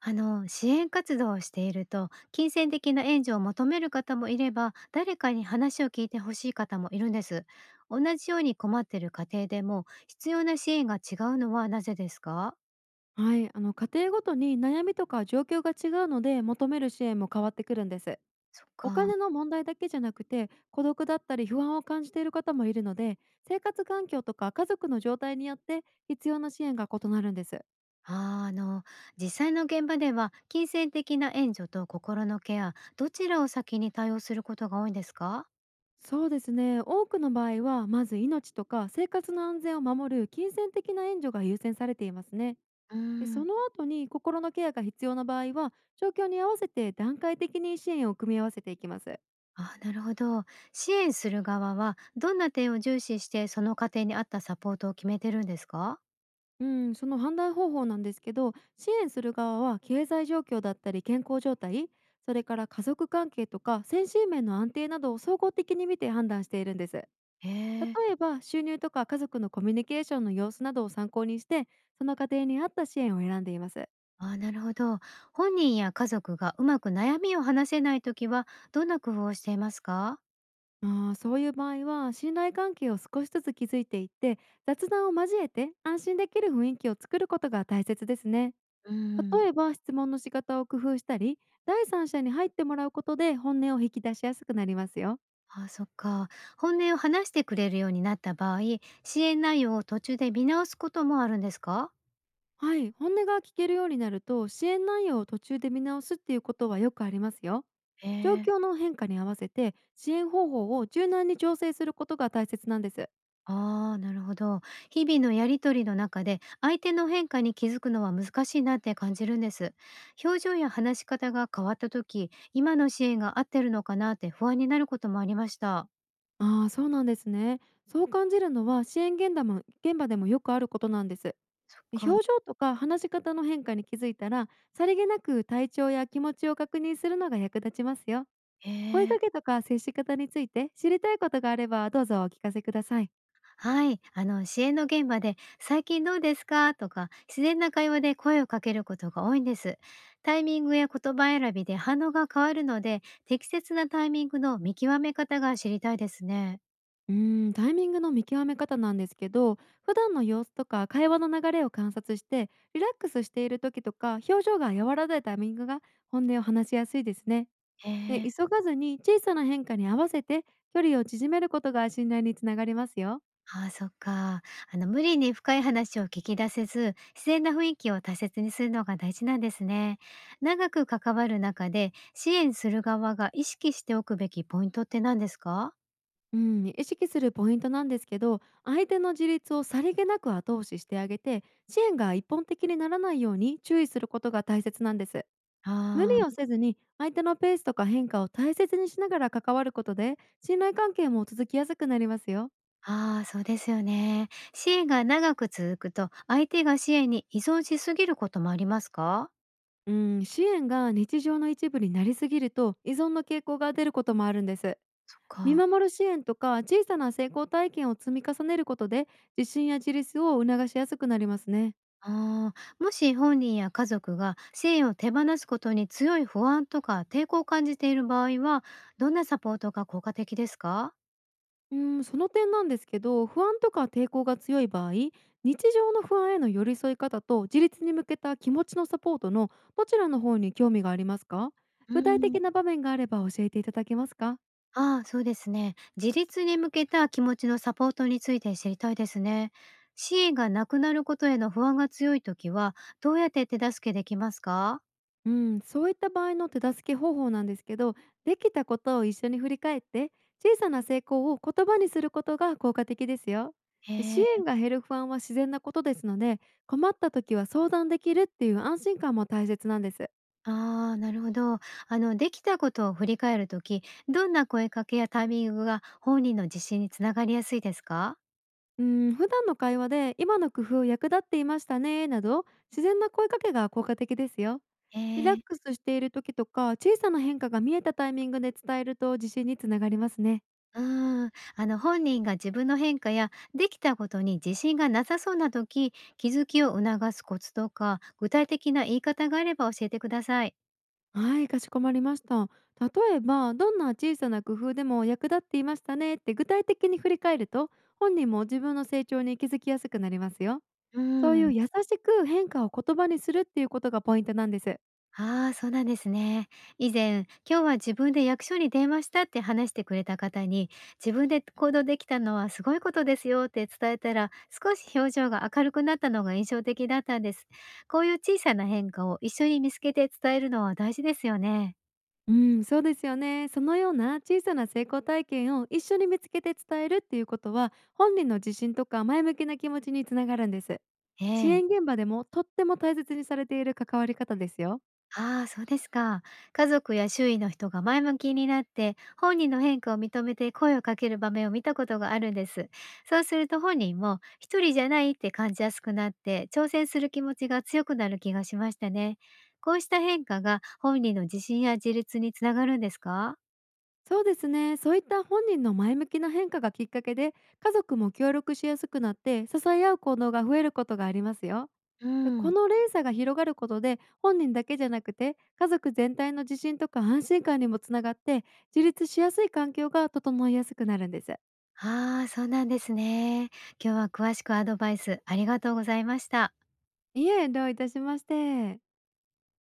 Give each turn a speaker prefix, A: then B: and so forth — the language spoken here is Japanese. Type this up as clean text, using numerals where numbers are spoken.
A: 支援活動をしていると金銭的な援助を求める方もいれば誰かに話を聞いてほしい方もいるんです。同じように困っている家庭でも必要な支援が違うのはなぜですか？
B: はい、家庭ごとに悩みとか状況が違うので求める支援も変わってくるんです。
A: そっ
B: お
A: か。
B: 金の問題だけじゃなくて孤独だったり不安を感じている方もいるので、生活環境とか家族の状態によって必要な支援が異なるんです。
A: あーあの実際の現場では金銭的な援助と心のケアどちらを先に対応することが多いんですか？
B: そうですね、多くの場合はまず命とか生活の安全を守る金銭的な援助が優先されていますね。
A: うー
B: で、
A: ん。
B: その後に心のケアが必要な場合は、状況に合わせて段階的に支援を組み合わせていきます。
A: なるほど。支援する側はどんな点を重視してその家庭に合ったサポートを決めてるんですか？
B: うん、その判断方法なんですけど、支援する側は経済状況だったり健康状態、それから家族関係とか先進面の安定などを総合的に見て判断しているんです。例
A: へえ。
B: えば収入とか家族のコミュニケーションの様子などを参考にして、その家庭に合った支援を選んでいます。
A: ああ、なるほど。本人や家族がうまく悩みを話せないときは、どんな工夫をしていますか？
B: あーそういう場合は、信頼関係を少しずつ築いていって、雑談を交えて安心できる雰囲気を作ることが大切ですね。
A: うん。
B: 例えば質問の仕方を工夫したり、第三者に入ってもらうことで本音を引き出しやすくなりますよ。
A: ああ、そっか。本音を話してくれるようになった場合、支援内容を途中で見直すこともあるんですか？
B: はい、本音が聞けるようになると、支援内容を途中で見直すっていうことはよくありますよ。
A: え
B: 状
A: え。
B: 況の変化に合わせて支援方法を柔軟に調整することが大切なんです。
A: ああ、なるほど。日々のやり取りの中で、相手の変化に気づくのは難しいなって感じるんです。表情や話し方が変わったとき、今の支援が合ってるのかなって不安になることもありました。
B: ああー、そうなんですね。そう感じるのは、支援現場現場でもよくあることなんです。
A: そっ
B: 表
A: か。
B: 情とか話し方の変化に気づいたら、さりげなく体調や気持ちを確認するのが役立ちますよ。声
A: へえ。
B: かけとか接し方について知りたいことがあれば、どうぞお聞かせください。
A: はい、支援の現場で「最近どうですか？」とか自然な会話で声をかけることが多いんです。タイミングや言葉選びで反応が変わるので適切なタイミングの見極め方が知りたいですね。
B: うーん、タイミングの見極め方なんですけど、普段の様子とか会話の流れを観察して、リラックスしている時とか、表情が和らいだタイミングが本音を話しやすいですね。
A: へ
B: で、
A: え。
B: 急がずに小さな変化に合わせて距離を縮めることが信頼につながりますよ。
A: ああ、そっか。無理に深い話を聞き出せず自然な雰囲気を大切にするのが大事なんですね。長く関わる中で支援する側が意識しておくべきポイントって何ですか？
B: うん、意識するポイントなんですけど、相手の自立をさりげなく後押ししてあげて、支援が一本的にならないように注意することが大切なんです。無
A: ああ
B: 理を
A: ー。
B: せずに相手のペースとか変化を大切にしながら関わることで、信頼関係も続きやすくなりますよ。
A: ああ、そうですよね。支援が長く続くと、相手が支援に依存しすぎることもありますか？
B: うん、支援が日常の一部になりすぎると依存の傾向が出ることもあるんです。
A: そっ
B: 見
A: か。
B: 守る支援とか小さな成功体験を積み重ねることで、自信や自立を促しやすくなりますね。
A: ああ。もし本人や家族が支援を手放すことに強い不安とか抵抗を感じている場合は、どんなサポートが効果的ですか？
B: うん、その点なんですけど、不安とか抵抗が強い場合、日常の不安への寄り添い方と、自立に向けた気持ちのサポートの、どちらの方に興味がありますか？
A: う
B: 具体
A: ん。
B: 的な場面があれば教えていただけますか？
A: ああ、そうですね。自立に向けた気持ちのサポートについて知りたいですね。支援がなくなることへの不安が強いときは、どうやって手助けできますか？
B: うん、そういった場合の手助け方法なんですけど、できたことを一緒に振り返って、小さな成功を言葉にすることが効果的ですよ。
A: へ
B: で、支
A: え。
B: 援が減る不安は自然なことですので、困った時は相談できるっていう安心感も大切なんです。
A: ああ、なるほど。できたことを振り返るとき、どんな声かけやタイミングが本人の自信につながりやすいですか？
B: うん、普段の会話で「今の工夫役立っていましたね」など、自然な声かけが効果的ですよ。リラ
A: え
B: ッ
A: え。
B: クスしている時とか、小さな変化が見えたタイミングで伝えると自信につながりますね。
A: うーん、本人が自分の変化やできたことに自信がなさそうなとき気づきを促すコツとか、具体的な言い方があれば教えてください。
B: はい、かしこまりました。例えば「どんな小さな工夫でも役立っていましたね」って具体的に振り返ると、本人も自分の成長に気づきやすくなりますよ。
A: う
B: そうい
A: ん。
B: う優しく変化を言葉にするっていうことがポイントなんです。
A: ああ、そうなんですね。以前、今日は自分で役所に電話したって話してくれた方に、自分で行動できたのはすごいことですよって伝えたら、少し表情が明るくなったのが印象的だったんです。こういう小さな変化を一緒に見つけて伝えるのは大事ですよね。
B: うん、そうですよね。そのような小さな成功体験を一緒に見つけて伝えるっていうことは、本人の自信とか前向きな気持ちにつながるんです。支
A: ええ。
B: 援現場でもとっても大切にされている関わり方ですよ。
A: ああ、そうですか。家族や周囲の人が前向きになって、本人の変化を認めて声をかける場面を見たことがあるんです。そうすると本人も一人じゃないって感じやすくなって、挑戦する気持ちが強くなる気がしましたね。こうした変化が本人の自信や自立につながるんですか？
B: そうですね。そういった本人の前向きな変化がきっかけで、家族も協力しやすくなって、支え合う行動が増えることがありますよ。
A: う
B: で、こ
A: ん。
B: の連鎖が広がることで、本人だけじゃなくて、家族全体の自信とか安心感にもつながって、自立しやすい環境が整いやすくなるんです。
A: ああ、そうなんですね。今日は詳しくアドバイスありがとうございました。
B: いえ、どういたしまして。